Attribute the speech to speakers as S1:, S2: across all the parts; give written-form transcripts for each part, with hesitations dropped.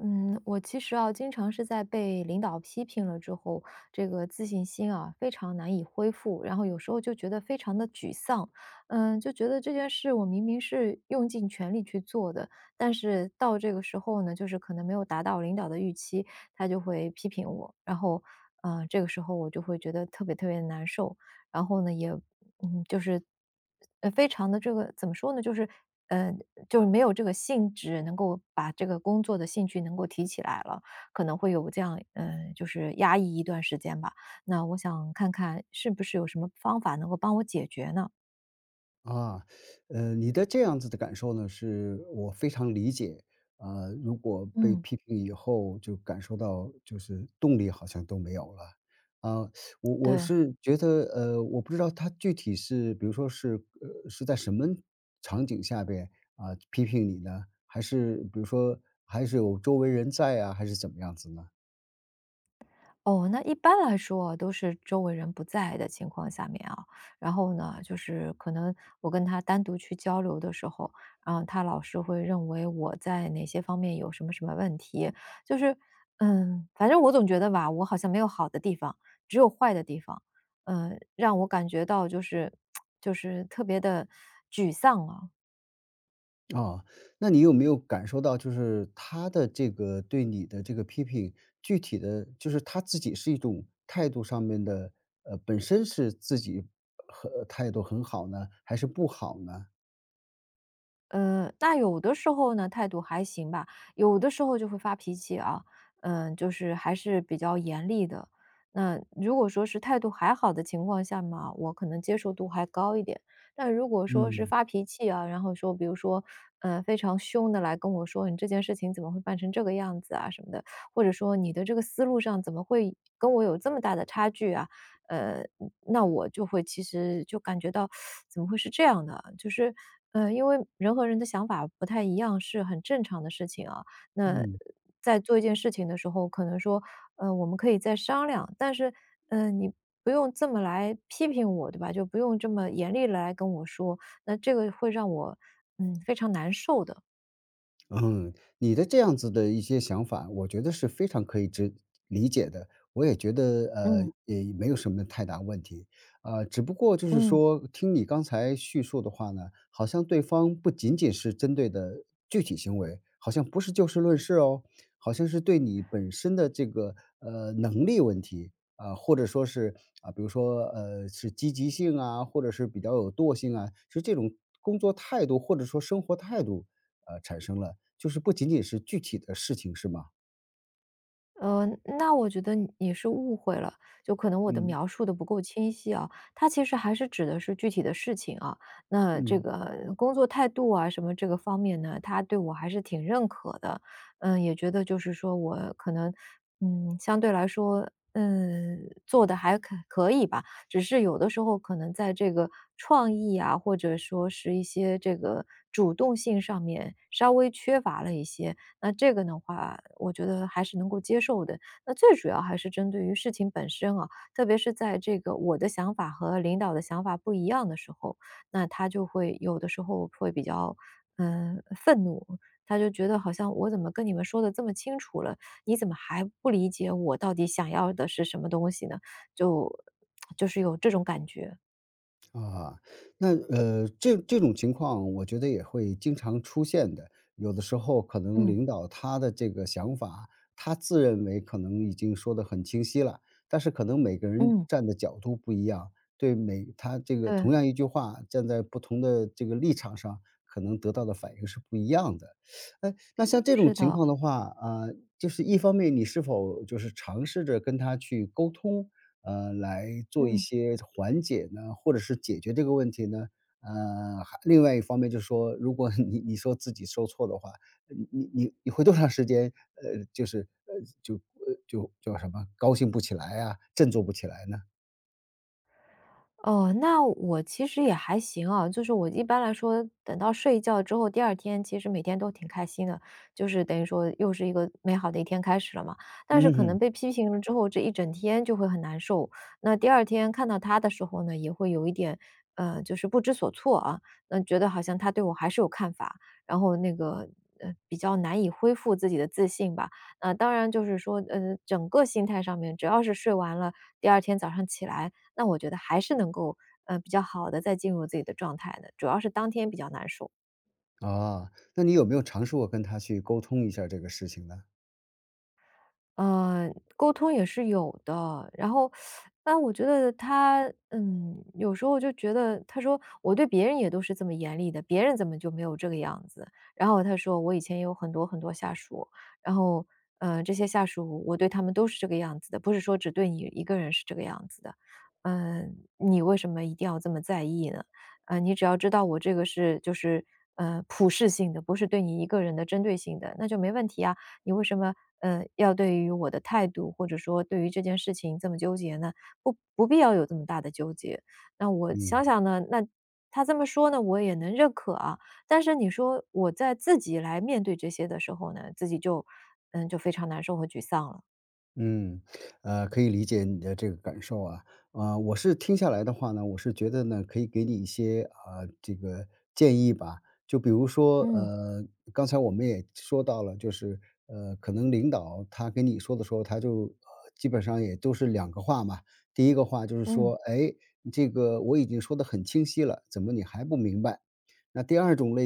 S1: 嗯，我其实啊，经常是在被领导批评了之后，这个自信心啊，非常难以恢复，然后有时候就觉得非常的沮丧，就觉得这件事我明明是用尽全力去做的，但是到这个时候呢，就是可能没有达到领导的预期，他就会批评我，然后，这个时候我就会觉得特别难受，然后呢，也嗯，就是，非常的这个怎么说呢，呃，就是没有这个兴致能够把这个工作的兴趣能够提起来了，可能会有这样就是压抑一段时间吧，那我想看看是不是有什么方法能够帮我解决呢？
S2: 啊，你的这样子的感受呢，是我非常理解。如果被
S1: 嗯，
S2: 批评以后，就感受到就是动力好像都没有了。啊，我
S1: 对。
S2: 是觉得，我不知道他具体是，比如说是，是在什么场景下边批评你呢？还是比如说还是有周围人在啊，还是怎么样子呢？
S1: 哦，那一般来说啊都是周围人不在的情况下面啊，然后呢，就是可能我跟他单独去交流的时候，啊，他老是会认为我在哪些方面有什么什么问题，就是，嗯，反正我总觉得吧，我好像没有好的地方，只有坏的地方。嗯，让我感觉到就是 就是特别的沮丧啊。
S2: 哦，那你有没有感受到，就是他的这个对你的这个批评，具体的就是他自己是一种态度上面的，本身是自己和态度很好呢，还是不好呢？
S1: 那有的时候呢，态度还行吧，有的时候就会发脾气啊，嗯，就是还是比较严厉的。那如果说是态度还好的情况下嘛，我可能接受度还高一点。但如果说是
S2: 嗯
S1: 发脾气啊，然后说，比如说，非常凶的来跟我说，你这件事情怎么会办成这个样子啊什么的，或者说你的这个思路上怎么会跟我有这么大的差距啊？呃，那我就会其实就感觉到 怎么会是这样的啊？就是,因为人和人的想法不太一样，是很正常的事情啊。那
S2: 嗯。
S1: 在做一件事情的时候，可能说，我们可以再商量，但是，你不用这么来批评我，对吧？就不用这么严厉来跟我说，那这个会让我，非常难受的。
S2: 嗯，你的这样子的一些想法，我觉得是非常可以知理解的。我也觉得，
S1: 嗯
S2: 也没有什么太大问题，只不过就是
S1: 嗯。
S2: 说，听你刚才叙述的话呢，好像对方不仅仅是针对的具体行为，好像不是就事论事哦，好像是对你本身的这个能力问题啊、或者说是啊、比如说是积极性啊，或者是比较有惰性啊，是这种工作态度或者说生活态度产生了，就是不仅仅是具体的事情是吗？
S1: 呃，那我觉得你是误会了，就可能我的
S2: 嗯，
S1: 描述的不够清晰啊。他其实还是指的是具体的事情啊，那这
S2: 嗯。
S1: 个工作态度啊什么这个方面呢，他对我还是挺认可的。嗯，也觉得就是说我可能，嗯，相对来说，嗯，做的还可以吧。只是有的时候可能在这个创意啊，或者说是一些这个主动性上面稍微缺乏了一些。那这个的话，我觉得还是能够接受的。那最主要还是针对于事情本身啊，特别是在这个我的想法和领导的想法不一样的时候，那他就会有的时候会比较，愤怒。他就觉得好像我怎么跟你们说的这么清楚了，你怎么还不理解我到底想要的是什么东西呢？就 就是有这种感觉。
S2: 啊，这这种情况我觉得也会经常出现的。有的时候可能
S1: 嗯
S2: 领导他的这个想法，他自认为可能已经说得很清晰了，但是可能每个人
S1: 嗯，
S2: 站的角度不一样，对每他这个
S1: 对，
S2: 同样一句话，站在不同的这个立场上，可能得到的反应是不一样的。哎，那像这种
S1: 是
S2: 情
S1: 的，
S2: 况的话，啊，就是一方面你是否就是尝试着跟他去沟通，来做一
S1: 嗯。
S2: 些缓解呢，或者是解决这个问题呢？还另外一方面就是说，如果 你说自己受挫的话，你会多长时间，呃，就是呃，就呃，就叫什么高兴不起来啊，振作不起来呢？
S1: 哦，那我其实也还行啊，就是我一般来说，等到睡一觉之后，第二天其实每天都挺开心的，就是等于说又是一个美好的一天开始了嘛。但是可能
S2: 嗯
S1: 被批评了之后，这一整天就会很难受。那第二天看到他的时候呢，也会有一点，就是不知所措啊，那觉得好像他对我还是有看法，然后那个。比较难以恢复自己的自信吧。那、当然就是说，整个心态上面，只要是睡完了，第二天早上起来，那我觉得还是能够，比较好的再进入自己的状态的，主要是当天比较难受。
S2: 哼，那你有没有尝试过跟他去沟通一下这个事情呢？
S1: 呃，沟通也是有的，然后，但我觉得他，有时候就觉得，他说我对别人也都是这么严厉的，别人怎么就没有这个样子？然后他说我以前有很多下属，然后，这些下属我对他们都是这个样子的，不是说只对你一个人是这个样子的，嗯、你为什么一定要这么在意呢？你只要知道我这个是就是。普适性的，不是对你一个人的针对性的，那就没问题啊。你为什么，要对于我的态度，或者说对于这件事情这么纠结呢？不必要有这么大的纠结。”那我
S2: 嗯。
S1: 想想呢，那他这么说呢，我也能认可啊。但是你说我在自己来面对这些的时候呢，自己就就非常难受和沮丧了。
S2: 嗯，可以理解你的这个感受啊，我是听下来的话呢，我是觉得呢，可以给你一些啊、这个建议吧。就比如说，
S1: 嗯，
S2: 刚才我们也说到了，就是可能领导他跟你说的时候，他就基本上也都是两个话嘛。第一个话就是
S1: 嗯，
S2: 说，哎，这个我已经说的很清晰了，怎么你还不明白？那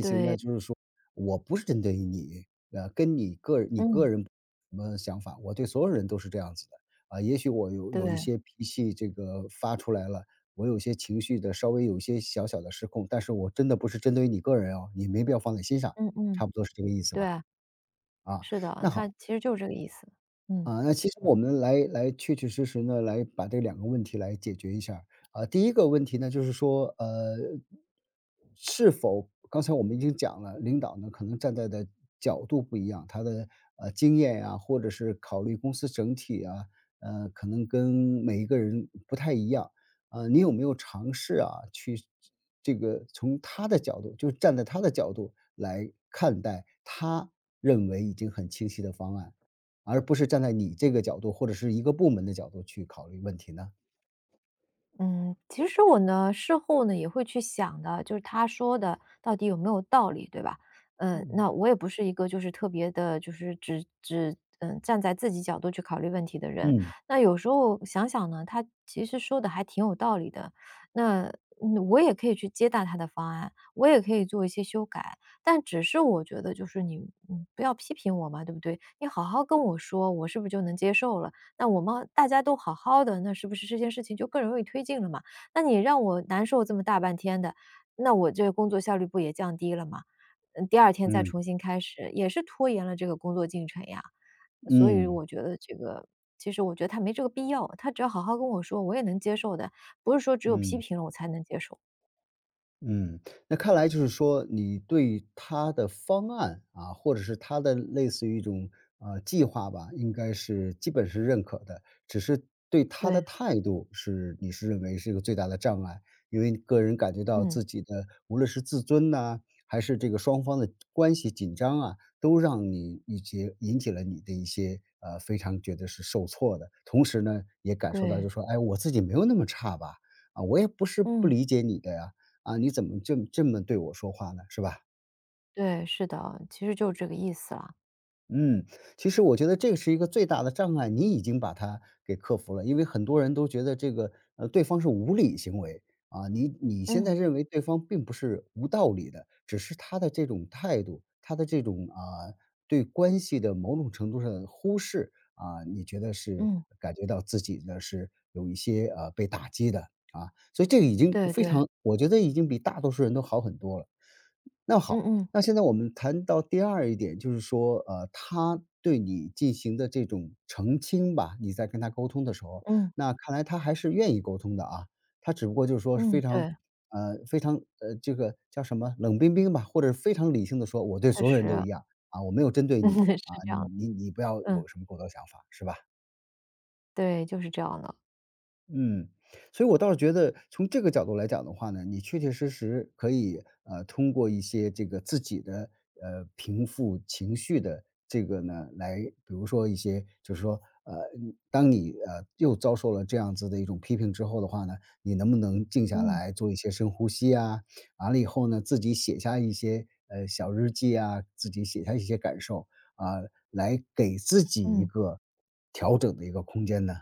S1: 对，
S2: 就是说我不是针对于你，跟你个人
S1: 嗯，
S2: 什么想法，我对所有人都是这样子的。啊，也许我有一
S1: 对，
S2: 些脾气这个发出来了，我有些情绪的稍微有一些小小的失控，但是我真的不是针对于你个人哦，你没必要放在心上，
S1: 嗯嗯，
S2: 差不多是这个意思
S1: 对
S2: 吧？
S1: 啊，
S2: 啊，
S1: 是的，
S2: 那好，
S1: 他其实就是这个意思，嗯。
S2: 啊，那其实我们来确确实实呢，来把这两个问题来解决一下儿。第一个问题呢，就是说，是否刚才我们已经讲了，领导呢可能站在的角度不一样，他的经验呀、或者是考虑公司整体啊，可能跟每一个人不太一样。啊，你有没有尝试啊，去这个从他的角度，就站在他的角度来看待他认为已经很清晰的方案？而不是站在你这个角度，或者是一个部门的角度去考虑问题呢？
S1: 嗯，其实我呢，事后呢也会去想的，就是他说的到底有没有道理，对吧？嗯，
S2: 嗯。
S1: 那我也不是一个就是特别的，就是只站在自己角度去考虑问题的人。
S2: 嗯，
S1: 那有时候想想呢，他其实说的还挺有道理的。那我也可以去接纳他的方案，我也可以做一些修改，但只是我觉得就是你不要批评我嘛，对不对？你好好跟我说，我是不是就能接受了？那我们大家都好好的，那是不是这件事情就更容易推进了嘛？那你让我难受这么大半天的，那我这个工作效率不也降低了嘛？嗯，第二天再
S2: 嗯，
S1: 重新开始，也是拖延了这个工作进程呀。所以
S2: 嗯，
S1: 我觉得这个其实我觉得他没这个必要，他只要好好跟我说，我也能接受的，不是说只有批
S2: 嗯。
S1: 评了我才能接受。
S2: 嗯，那看来就是说你对他的方案啊，或者是他的类似于一种，计划吧，应该是基本是认可的，只是对他的
S1: 对，
S2: 态度是你是认为是一个最大的障碍。因为你个人感觉到
S1: 嗯，
S2: 自己的无论是自尊呐，还是这个双方的关系紧张啊，都让你一些引起了你的一些，非常觉得是受挫的。同时呢，也感受到
S1: 对，
S2: 就说：“哎，我自己没有那么差吧，啊，我也不是不
S1: 嗯，
S2: 理解你的呀。”啊，你怎么这么对我说话呢？是吧？
S1: 对，是的，其实就是这个意思啦。
S2: 嗯，其实我觉得这是一个最大的障碍，你已经把它给克服了。因为很多人都觉得这个，对方是无理行为，啊，你现
S1: 嗯，
S2: 在认为对方并不是无道理的，只是他的这种态度，他的这种啊，对关系的某种程度上的忽视，啊，你觉得是
S1: 嗯，
S2: 感觉到自己呢是有一些被打击的啊，所以这个已经
S1: 对
S2: 非
S1: 对，
S2: 常，我觉得已经比大多数人都好很多了。那
S1: 嗯
S2: 好，
S1: 嗯，
S2: 那现在我们谈到第二一点，就是说，他对你进行的这种澄清吧，你在跟他沟通的时候，
S1: 嗯，
S2: 那看来他还是愿意沟通的啊。他只不过就是说是非
S1: 嗯，
S2: 常，
S1: 对，
S2: 呃，非常，呃，这个叫什么冷冰冰吧，或者是非常理性的说，我对
S1: 确
S2: 所有人都
S1: 实。
S2: 一样啊，我没有针对你
S1: 是
S2: 啊，
S1: 这样的，
S2: 你不要
S1: 嗯，
S2: 有什么过多想法，是吧？
S1: 对，就是这样的，
S2: 嗯，所以我倒是觉得从这个角度来讲的话呢，你确确实实可以，通过一些这个自己的，平复情绪的这个呢，来比如说一些就是说，你当你，又遭受了这样子的一种批评之后的话呢，你能不能静下
S1: 嗯，
S2: 来做一些深呼吸啊？完了以后呢，自己写下一些，小日记啊，自己写下一些感受啊，来给自己一
S1: 嗯。
S2: 个调整的一个空间呢？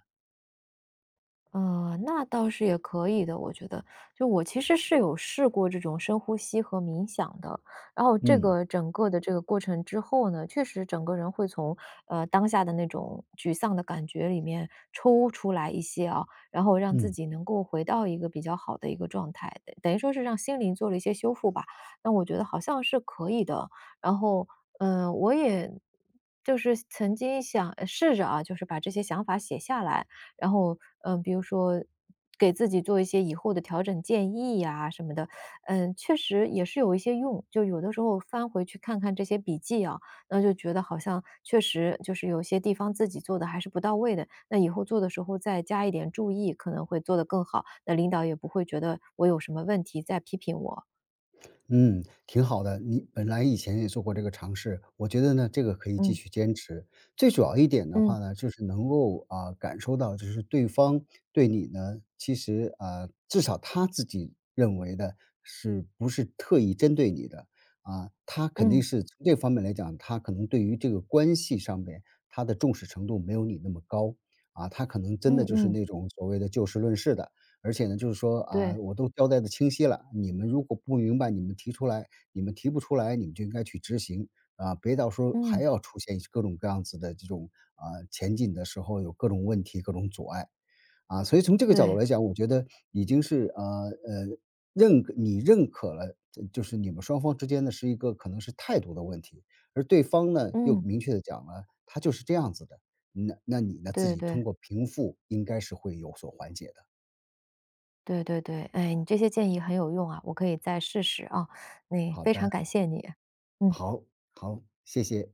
S1: 那倒是也可以的，我觉得。就我其实是有试过这种深呼吸和冥想的，然后这
S2: 嗯，
S1: 个整个的这个过程之后呢，确实整个人会从当下的那种沮丧的感觉里面抽出来一些啊，然后让自
S2: 嗯。
S1: 己能够回到一个比较好的一个状态，等等于说是让心灵做了一些修复吧。那我觉得好像是可以的，然后我也。就是曾经想试着啊，就是把这些想法写下来，然后，嗯，比如说给自己做一些以后的调整建议呀什么的，嗯，确实也是有一些用。就有的时候翻回去看看这些笔记啊，那就觉得好像确实就是有些地方自己做的还是不到位的，那以后做的时候再加一点注意，可能会做得更好，那领导也不会觉得我有什么问题再批评我。
S2: 嗯，挺好的。你本来以前也做过这个尝试，我觉得呢，这个可以继
S1: 嗯，
S2: 续坚持。最主要一点的
S1: 嗯，
S2: 话呢，就是能够啊、感受到，就是对方对你呢，其实啊、至少他自己认为的是不是特意针对你的啊、他肯定
S1: 嗯，
S2: 是从这方面来讲，他可能对于这个关系上面他的重视程度没有你那么高啊，他可能真的
S1: 嗯
S2: 就是
S1: 嗯，
S2: 那种所谓的就事论事的。而且呢，就是说
S1: 对，
S2: 啊，我都交代的清晰了，你们如果不明白，你们提出来，你们提不出来，你们就应该去执行啊，别到时候还
S1: 嗯，
S2: 要出现各种各样子的这种啊，前进的时候有各种问题、各种阻碍啊。所以从这个角度
S1: 对，
S2: 来讲，我觉得已经是呃，认可你认可了，就是你们双方之间呢是一个可能是态度的问题，而对方呢又
S1: 嗯，
S2: 明确的讲了，他就是这样子的，那你呢自
S1: 对
S2: 己
S1: 对。
S2: 通过平复应该是会有所缓解的。
S1: 对对对，哎，你这些建议很有用啊，我可以再试试啊。那
S2: 好
S1: 非常
S2: 的。
S1: 感谢你，嗯。
S2: 好，好，谢谢。